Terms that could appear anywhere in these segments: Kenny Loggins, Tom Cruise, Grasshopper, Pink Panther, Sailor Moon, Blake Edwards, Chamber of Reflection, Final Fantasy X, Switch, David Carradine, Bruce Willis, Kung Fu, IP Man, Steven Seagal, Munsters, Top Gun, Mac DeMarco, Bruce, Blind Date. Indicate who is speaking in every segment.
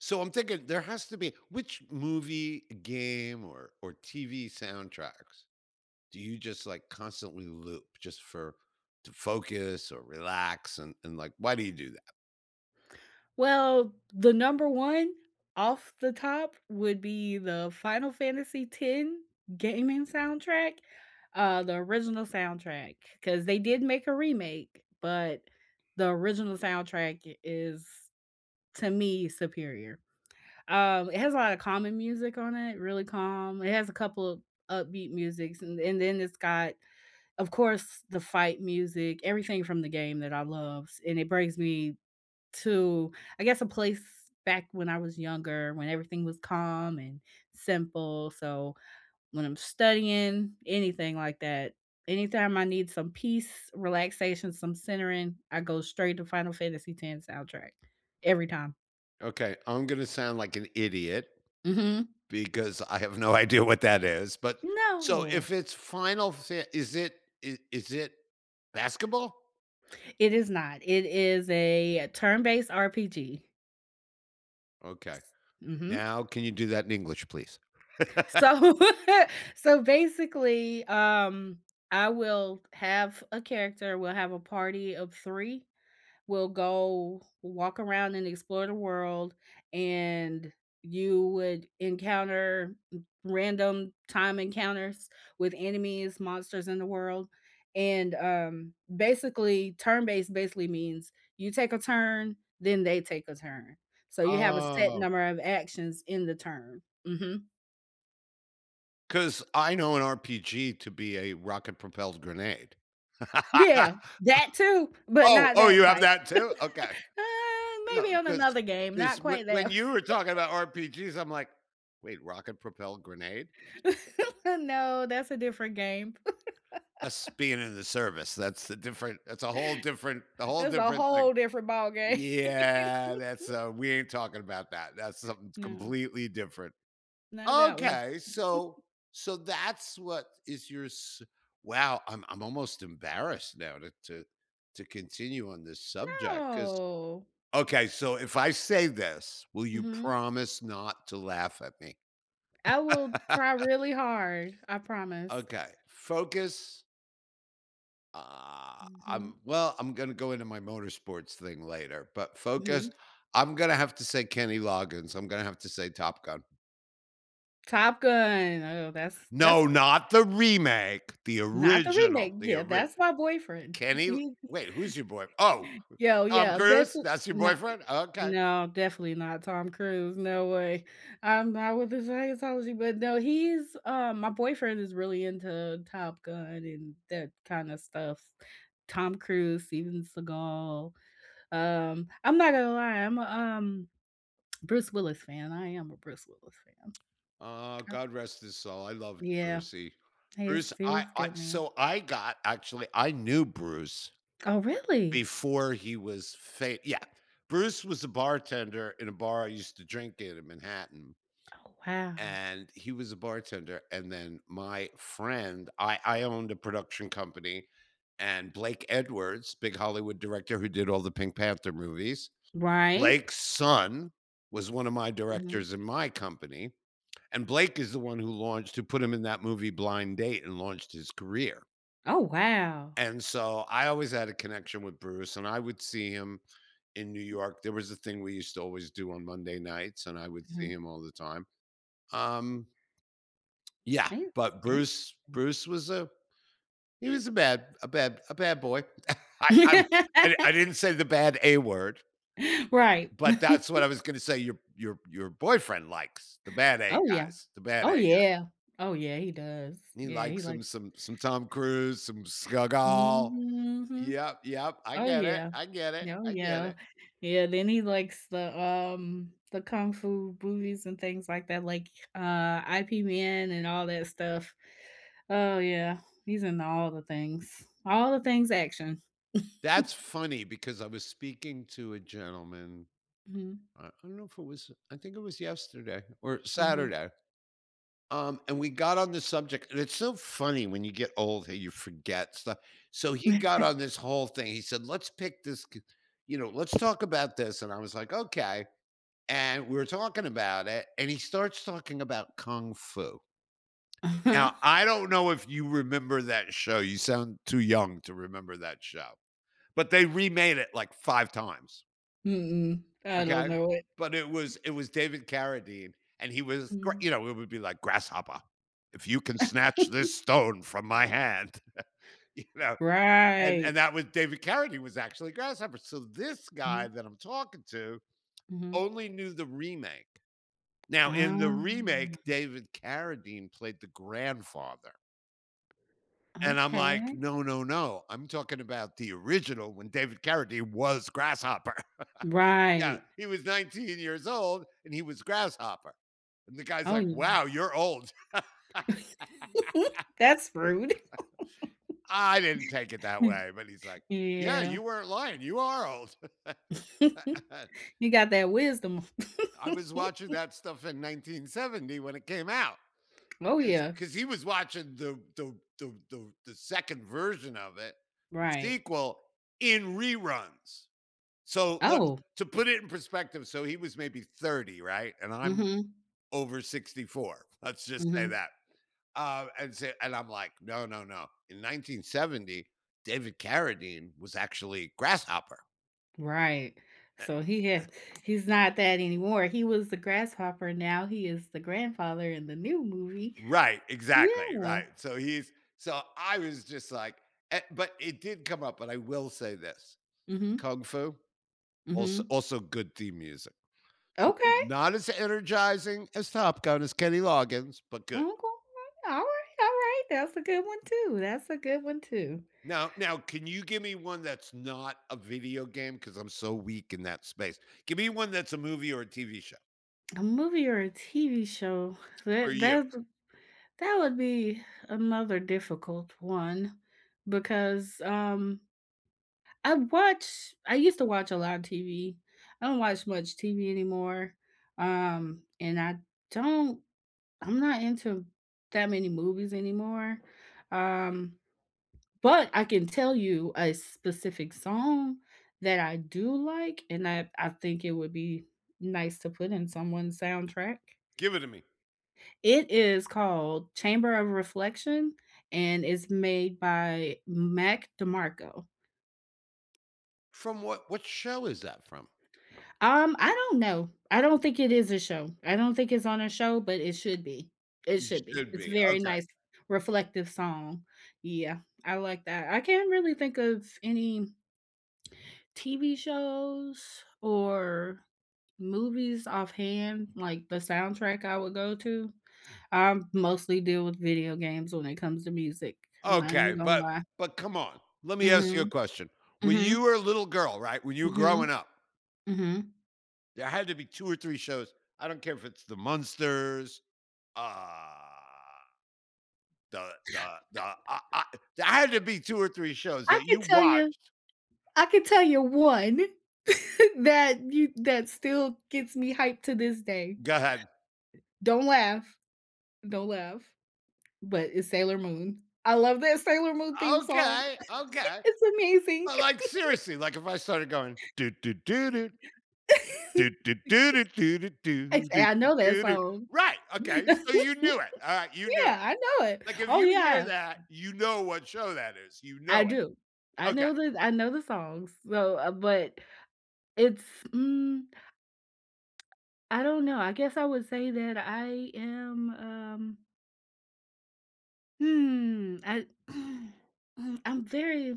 Speaker 1: So I'm thinking there has to be which movie, game, or TV soundtracks do you just like constantly loop just for to focus or relax and like why do you do that?
Speaker 2: Well, the number 1 off the top would be the Final Fantasy X gaming soundtrack, the original soundtrack, because they did make a remake, but the original soundtrack is, to me, superior. It has a lot of calming music on it, really calm. It has a couple of upbeat musics, and then it's got, of course, the fight music, everything from the game that I love, and it brings me to, I guess, a place back when I was younger, when everything was calm and simple. So when I'm studying, anything like that, anytime I need some peace, relaxation, some centering, I go straight to Final Fantasy X soundtrack every time.
Speaker 1: Okay, I'm gonna sound like an idiot
Speaker 2: Mhm.
Speaker 1: because I have no idea what that is. But so
Speaker 2: No,
Speaker 1: if it's Final, Fa- is it basketball?
Speaker 2: it is not. It is a turn-based RPG.
Speaker 1: Okay,
Speaker 2: Mhm.
Speaker 1: now can you do that in English, please?
Speaker 2: So so basically, I will have a character, we'll have a party of 3, will go walk around and explore the world, and you would encounter random time encounters with enemies, monsters in the world. And Basically, turn based basically means you take a turn, then they take a turn. So you have a set
Speaker 1: Oh,
Speaker 2: number of actions in the turn.
Speaker 1: 'cause I know an RPG to be a rocket propelled grenade.
Speaker 2: Yeah, that too, but
Speaker 1: Oh,
Speaker 2: not
Speaker 1: oh, you
Speaker 2: that
Speaker 1: have
Speaker 2: type.
Speaker 1: that too? Okay. No,
Speaker 2: Maybe on another game,
Speaker 1: because
Speaker 2: not quite
Speaker 1: when
Speaker 2: that.
Speaker 1: you were talking about RPGs, I'm like, "Wait, rocket propelled grenade?"
Speaker 2: No, that's a different game.
Speaker 1: Us being in the service, that's the different that's a whole
Speaker 2: It's a
Speaker 1: different thing.
Speaker 2: whole different ball game.
Speaker 1: Yeah, that's, we ain't talking about that. That's something
Speaker 2: No,
Speaker 1: completely different.
Speaker 2: not that one.
Speaker 1: Okay, so that's what is your s wow, I'm almost embarrassed now to continue on this subject because
Speaker 2: No.
Speaker 1: okay, so if I say this, will you
Speaker 2: Mhm.
Speaker 1: promise not to laugh at me?
Speaker 2: I will try really hard, I promise.
Speaker 1: Okay, focus, uh,
Speaker 2: Mhm,
Speaker 1: I'm well, I'm gonna go into my motorsports thing later, but focus,
Speaker 2: mhm.
Speaker 1: I'm gonna have to say Kenny Loggins, I'm gonna have to say Top Gun.
Speaker 2: Top Gun, oh, that's
Speaker 1: No, not the remake, the
Speaker 2: not the
Speaker 1: original,
Speaker 2: remake.
Speaker 1: the
Speaker 2: Yeah,
Speaker 1: original.
Speaker 2: that's my boyfriend.
Speaker 1: Kenny
Speaker 2: He
Speaker 1: wait, who's your boy? Oh,
Speaker 2: yo,
Speaker 1: Tom
Speaker 2: yeah, that's
Speaker 1: Cruise? That's your
Speaker 2: no
Speaker 1: boyfriend? Okay.
Speaker 2: No, definitely not Tom Cruise, no way. I'm not with the Scientology, but no, he's my boyfriend is really into Top Gun and that kinda stuff. Tom Cruise, Steven Seagal, I'm not gonna lie, I'm a Bruce Willis fan, I am a Bruce Willis fan.
Speaker 1: Oh,
Speaker 2: I
Speaker 1: God rest his soul. I loved
Speaker 2: Yeah,
Speaker 1: Brucey. Bruce,
Speaker 2: he was
Speaker 1: I
Speaker 2: good, man.
Speaker 1: So I got actually, I knew Bruce
Speaker 2: Oh, really?
Speaker 1: before he was famous. Yeah. Bruce was a bartender in a bar I used to drink in Manhattan,
Speaker 2: Oh, wow.
Speaker 1: and he was a bartender, and then my friend I owned a production company, and Blake Edwards, big Hollywood director who did all the Pink Panther movies,
Speaker 2: Right?
Speaker 1: Blake's son was one of my
Speaker 2: Mhm.
Speaker 1: directors in my company, and Blake is the one who launched who put him in that movie Blind Date and launched his career.
Speaker 2: Oh, wow.
Speaker 1: And so I always had a connection with Bruce, and I would see him in New York. There was a thing we used to always do on Monday nights, and I would see
Speaker 2: Mhm.
Speaker 1: him all the time. Um, yeah,
Speaker 2: That's
Speaker 1: but Bruce,
Speaker 2: interesting.
Speaker 1: Bruce was a he was a bad boy. I I, I didn't say the bad A word.
Speaker 2: Right.
Speaker 1: But that's what I was gonna say, your boyfriend likes the bad A
Speaker 2: Oh, yeah.
Speaker 1: guys, the bad A
Speaker 2: Oh,
Speaker 1: guy.
Speaker 2: yeah. Oh, yeah, he does.
Speaker 1: He
Speaker 2: Yeah, he
Speaker 1: likes some
Speaker 2: likes.
Speaker 1: some some Tom Cruise, some Seagal.
Speaker 2: Mhm.
Speaker 1: Yep, yep,
Speaker 2: Oh, yeah. Oh,
Speaker 1: I get
Speaker 2: yeah.
Speaker 1: it.
Speaker 2: Yeah, then he likes the kung fu movies and things like that, like, IP Man and all that stuff. Oh, yeah. He's into all the things. All the things action.
Speaker 1: That's funny because I was speaking to a gentleman,
Speaker 2: Mhm.
Speaker 1: I don't know if it was I think it was yesterday or
Speaker 2: Mhm.
Speaker 1: Saturday. And we got on the subject, and it's so funny when you get old how you forget stuff. So he got on this whole thing. He said, "Let's pick this, you know, let's talk about this." And I was like, "Okay." And we were talking about it, and he starts talking about kung fu.
Speaker 2: Uh-huh.
Speaker 1: Now, I don't know if you remember that show. You sound too young to remember that show, but they remade it like five times.
Speaker 2: Mm-mm. I don't
Speaker 1: Okay,
Speaker 2: know it.
Speaker 1: but it was David Carradine, and he was gr you
Speaker 2: Mhm.
Speaker 1: know, it would be like, "Grasshopper, if you can snatch this stone from my hand," you know, and
Speaker 2: Right.
Speaker 1: that was David Carradine was actually Grasshopper, so this guy
Speaker 2: Mhm.
Speaker 1: that I'm talking to
Speaker 2: Mhm.
Speaker 1: only knew the remake. Now
Speaker 2: Ah,
Speaker 1: in the remake, David Carradine played the grandfather, and I'm
Speaker 2: okay.
Speaker 1: like, "No, no, no, I'm talking about the original when David Carradine was Grasshopper." Yeah,
Speaker 2: Right.
Speaker 1: he was 19 years old and he was Grasshopper. And the guy's
Speaker 2: Oh,
Speaker 1: like,
Speaker 2: yeah.
Speaker 1: wow, you're old.
Speaker 2: That's rude.
Speaker 1: I didn't take it that way. But he's like, yeah,
Speaker 2: Yeah.
Speaker 1: you weren't lying. You are old.
Speaker 2: You got that wisdom.
Speaker 1: I was watching that stuff in 1970 when it came out
Speaker 2: Oh, yeah.
Speaker 1: because he was watching the, second version of it, the
Speaker 2: Right.
Speaker 1: sequel in reruns. So look,
Speaker 2: Oh,
Speaker 1: to put it in perspective, so he was maybe 30, right? And
Speaker 2: mm
Speaker 1: I'm
Speaker 2: mhm,
Speaker 1: over 64. Let's
Speaker 2: mm
Speaker 1: just say
Speaker 2: mhm.
Speaker 1: that. And I'm like, no, no, no. In 1970, David Carradine was actually Grasshopper.
Speaker 2: Right.
Speaker 1: Eh,
Speaker 2: So he
Speaker 1: eh,
Speaker 2: had, he's not that anymore. He was the grasshopper, now he is the grandfather in the new movie.
Speaker 1: Right,
Speaker 2: Yeah.
Speaker 1: exactly, right.
Speaker 2: Mm.
Speaker 1: So he's so I was just like, eh, but it did come up. But I will say this:
Speaker 2: Mhm,
Speaker 1: Kung Fu
Speaker 2: mm
Speaker 1: also
Speaker 2: mhm.
Speaker 1: also good theme music. N-
Speaker 2: Okay.
Speaker 1: Not as energizing as Top Gun as Kenny Loggins, but good.
Speaker 2: Okay. Alright, alright. That's a good one too. That's a good one too.
Speaker 1: Now, now, can you give me one that's not a video game? Because I'm so weak in that space. Give me one that's a movie or a TV show
Speaker 2: A movie or a TV show,
Speaker 1: for
Speaker 2: that
Speaker 1: you.
Speaker 2: that that would be another difficult one because I watch, I used to watch a lot of TV. I don't watch much TV anymore. And I don't, I'm not into that many movies anymore. Um but I can tell you a specific song that I do like, and I think it would be nice to put in someone's soundtrack.
Speaker 1: Give it to me.
Speaker 2: It is called Chamber of Reflection, and it's made by Mac DeMarco.
Speaker 1: From what show is that from?
Speaker 2: I don't know. I don't think it is a show. I don't think it's on a show, but it should be. It
Speaker 1: You
Speaker 2: should be.
Speaker 1: should
Speaker 2: It's a
Speaker 1: be.
Speaker 2: very
Speaker 1: Okay.
Speaker 2: nice, reflective song. Yeah, I like that. I can't really think of any TV shows or movies offhand, like the soundtrack I would go to. I mostly deal with video games when it comes to music. I'm not
Speaker 1: Okay,
Speaker 2: even gonna lie.
Speaker 1: but come on. Let me ask you a
Speaker 2: Mhm,
Speaker 1: question. When
Speaker 2: mhm,
Speaker 1: you were a little girl, right, when you were
Speaker 2: mhm,
Speaker 1: growing up,
Speaker 2: mhm.
Speaker 1: there had to be 2 or 3 shows. I don't care if it's the Munsters, uh, the I there had to be 2 or 3 shows
Speaker 2: I
Speaker 1: that you
Speaker 2: could tell you
Speaker 1: watched.
Speaker 2: I could tell you one that you, that still gets me hyped to this day.
Speaker 1: Go ahead.
Speaker 2: Don't laugh, don't laugh, but it's Sailor Moon. I love that Sailor Moon theme song.
Speaker 1: Okay, okay.
Speaker 2: It's amazing.
Speaker 1: But, like, seriously, like, if I started going, "Do, do, do, do, do, do, do, do, do, do,
Speaker 2: I
Speaker 1: do,
Speaker 2: say
Speaker 1: do,
Speaker 2: I know that
Speaker 1: do, do."
Speaker 2: song.
Speaker 1: Right, okay, so you knew it, alright, you knew
Speaker 2: Yeah,
Speaker 1: it.
Speaker 2: I know it.
Speaker 1: Like, if
Speaker 2: Oh,
Speaker 1: you hear
Speaker 2: yeah,
Speaker 1: that, you know what show that is, you
Speaker 2: I
Speaker 1: know
Speaker 2: do.
Speaker 1: it. Okay,
Speaker 2: I know the songs, so, but it's, mm I don't know. I guess I would say that I am, I, I'm very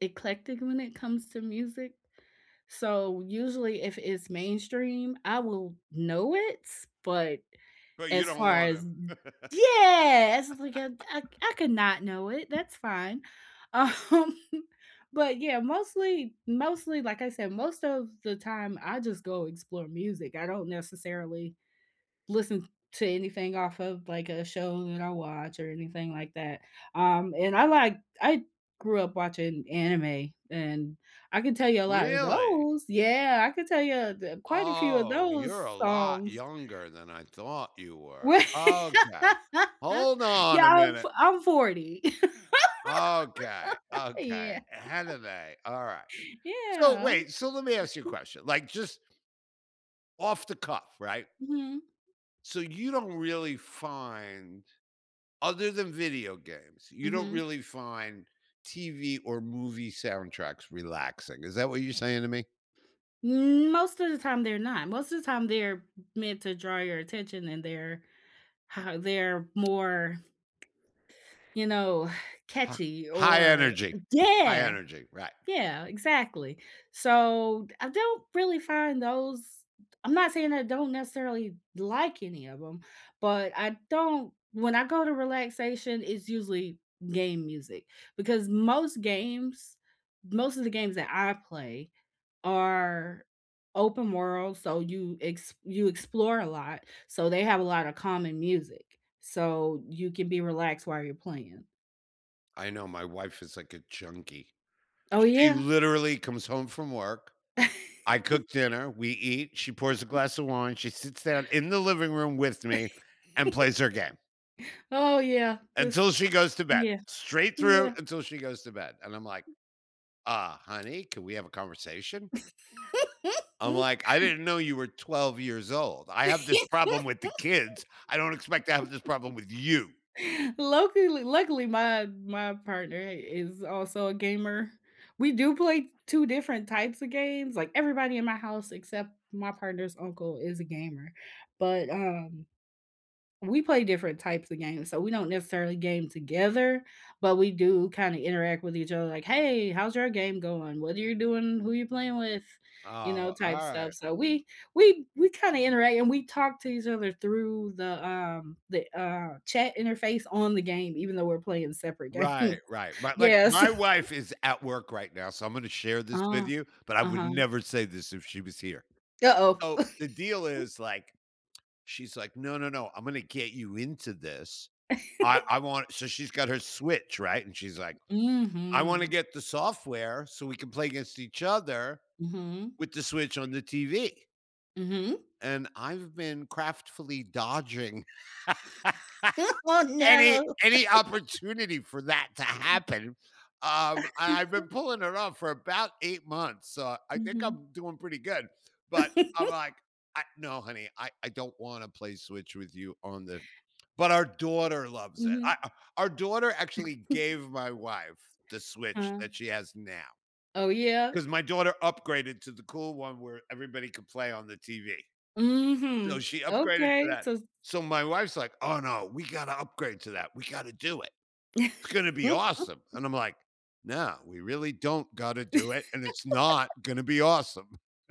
Speaker 2: eclectic when it comes to music. So usually, if it's mainstream, I will know it. But
Speaker 1: but you
Speaker 2: as
Speaker 1: don't
Speaker 2: far
Speaker 1: wanna.
Speaker 2: as yeah, it's like I could not know it. That's fine. Um, but yeah, mostly, mostly, like I said, most of the time, I just go explore music. I don't necessarily listen to anything off of, like, a show that I watch or anything like that. And I grew up watching anime, and I can tell you a lot of
Speaker 1: Really?
Speaker 2: those. Yeah, I can tell you, the quite a few of
Speaker 1: Oh,
Speaker 2: those
Speaker 1: you're a lot
Speaker 2: songs.
Speaker 1: younger than I thought you were.
Speaker 2: Well,
Speaker 1: Okay. Hold on
Speaker 2: yeah,
Speaker 1: a minute.
Speaker 2: I'm 40.
Speaker 1: Okay, okay,
Speaker 2: Yeah.
Speaker 1: how do they? Alright. So,
Speaker 2: Yeah.
Speaker 1: wait, so let me ask you a question, like, just off the cuff, right?
Speaker 2: Mhm.
Speaker 1: So you don't really find other than video games, you don't
Speaker 2: Mhm.
Speaker 1: really find TV or movie soundtracks relaxing. Is that what you're saying to me?
Speaker 2: Most of the time, they're not. Most of the time, they're meant to draw your attention, and they're more, you know,
Speaker 1: Hi-
Speaker 2: catchy
Speaker 1: High
Speaker 2: or.
Speaker 1: energy. High
Speaker 2: Yeah,
Speaker 1: energy. Right.
Speaker 2: yeah, exactly. So, I don't really find those. I'm not saying I don't necessarily like any of them, but I don't, when I go to relaxation, it's usually game music, because most games, most of the games that I play are open world, so you explore a lot, so they have a lot of common music, so you can be relaxed while you're playing.
Speaker 1: I know my wife is like a junkie.
Speaker 2: Oh,
Speaker 1: She
Speaker 2: yeah.
Speaker 1: literally comes home from work. I cook dinner. We eat. She pours a glass of wine. She sits down in the living room with me and plays her game
Speaker 2: Oh, yeah. This,
Speaker 1: until she goes to bed,
Speaker 2: yeah,
Speaker 1: straight through
Speaker 2: yeah.
Speaker 1: until she goes to bed. And I'm like, honey, can we have a conversation? I'm like, "I didn't know you were 12 years old. I have this problem with the kids. I don't expect to have this problem with you."
Speaker 2: Luckily, my partner is also a gamer. We do play 2 different types of games, like, everybody in my house except my partner's uncle is a gamer, but, we play different types of games, so we don't necessarily game together, but we do kinda interact with each other like, "Hey, how's your game going? What are you doing? Who you playing with?" You know,
Speaker 1: Oh,
Speaker 2: type stuff.
Speaker 1: alright.
Speaker 2: So we kinda interact and we talk to each other through the, chat interface on the game, even though we're playing separate
Speaker 1: Right,
Speaker 2: games.
Speaker 1: right, right. My like,
Speaker 2: Yes.
Speaker 1: my wife is at work right now, so I'm gonna share this with
Speaker 2: Uh,
Speaker 1: you, but I would
Speaker 2: uh-huh.
Speaker 1: never say this if she was here.
Speaker 2: Uh-oh.
Speaker 1: So, the deal is, like, she's like, "No, no, no. I'm gonna get you into this. I want," so she's got her Switch, right? And she's like, "I wanna
Speaker 2: Mhm.
Speaker 1: get the software so we can play against each other
Speaker 2: Mhm.
Speaker 1: with the Switch on the TV."
Speaker 2: Mhm.
Speaker 1: And I've been craftfully dodging
Speaker 2: Oh,
Speaker 1: any
Speaker 2: no.
Speaker 1: any opportunity for that to happen. And I've been pulling it off for about 8 months, so I think
Speaker 2: Mhm.
Speaker 1: I'm doing pretty good. But I'm like, no, honey, I don't want to play Switch with you on the. But our daughter loves it.
Speaker 2: Mhm.
Speaker 1: Our daughter actually gave my wife the Switch
Speaker 2: Uh.
Speaker 1: that she has now
Speaker 2: Oh, yeah?
Speaker 1: because my daughter upgraded to the cool one where everybody could play on the TV. So
Speaker 2: Mhm.
Speaker 1: she upgraded to
Speaker 2: Okay,
Speaker 1: that.
Speaker 2: so.
Speaker 1: So my wife's like, "Oh, no, we gotta upgrade to that. We gotta do it. It's gonna be awesome." And I'm like, "No, we really don't gotta do it, and it's not gonna be awesome."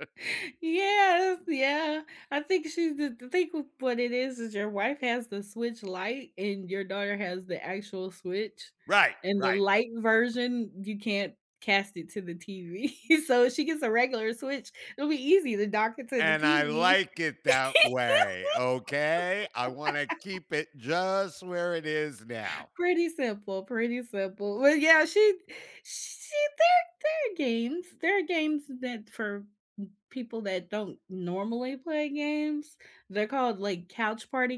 Speaker 2: Yes, yeah. I think she's the think What it is your wife has the Switch light, and your daughter has the actual Switch,
Speaker 1: Right,
Speaker 2: and the
Speaker 1: right.
Speaker 2: light version, you can't cast it to the TV. So if she gets a regular Switch, it'll be easy to dock it to the
Speaker 1: And I
Speaker 2: TV.
Speaker 1: like it that way, okay? I wanna keep it just where it is now.
Speaker 2: Pretty simple, pretty simple. But yeah, she, there are games, that for people that don't normally play games. They're called, like, couch party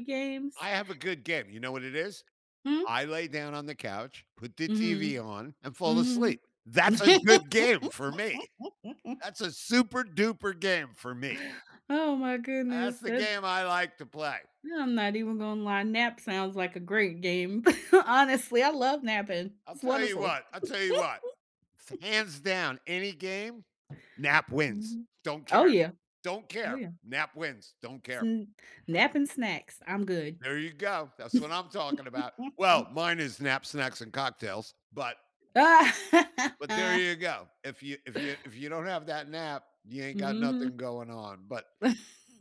Speaker 1: I
Speaker 2: games.
Speaker 1: have a good game. You know what it is?
Speaker 2: Hmm?
Speaker 1: I lay down on the couch, put the TV
Speaker 2: Mhm.
Speaker 1: on, and fall
Speaker 2: Mhm.
Speaker 1: asleep. That's a good game for me. That's a super duper game for me.
Speaker 2: Oh my
Speaker 1: That's
Speaker 2: goodness.
Speaker 1: the
Speaker 2: That,
Speaker 1: game I like to play.
Speaker 2: I'm not even gonna lie. Nap sounds like a great game. Honestly, I love napping.
Speaker 1: I'll
Speaker 2: It's
Speaker 1: tell you
Speaker 2: wonderful.
Speaker 1: what. I'll tell you what. Hands down, any game, Nap wins.
Speaker 2: Mhm.
Speaker 1: Don't
Speaker 2: Oh,
Speaker 1: care.
Speaker 2: yeah.
Speaker 1: Don't
Speaker 2: Oh,
Speaker 1: care.
Speaker 2: yeah.
Speaker 1: Nap wins. Don't care.
Speaker 2: Sn Nap and snacks. I'm good.
Speaker 1: There you go. That's what I'm talking about. Well, mine is nap snacks and cocktails, but there you go. If you don't have that nap, you ain't got nothing
Speaker 2: Mhm.
Speaker 1: going on. But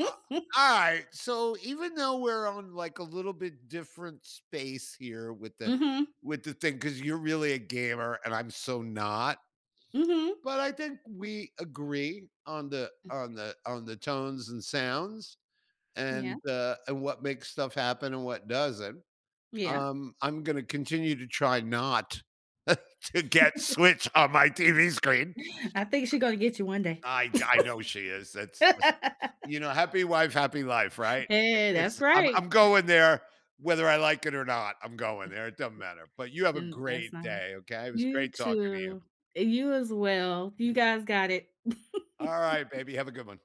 Speaker 1: uh,
Speaker 2: Mhm.
Speaker 1: all right. So even though we're on like a little bit different space here
Speaker 2: Mhm.
Speaker 1: with the thing, because you're really a gamer and I'm so not,
Speaker 2: Mhm.
Speaker 1: but I think we agree on the tones and sounds
Speaker 2: Yeah.
Speaker 1: and what makes stuff happen and what doesn't.
Speaker 2: Yeah.
Speaker 1: I'm going to continue to try not to get Switch on my TV screen.
Speaker 2: I think she's gonna get you one day.
Speaker 1: I know she is. That's you know, happy wife, happy life, right?
Speaker 2: Yeah, that's
Speaker 1: It's I'm
Speaker 2: right.
Speaker 1: I'm going there whether I like it or not. I'm going there. It doesn't matter. But you have a
Speaker 2: And that's
Speaker 1: great
Speaker 2: not.
Speaker 1: day, okay? It was
Speaker 2: You
Speaker 1: great talking to you.
Speaker 2: too. You as well. You guys got it.
Speaker 1: All right, baby. Have a good one.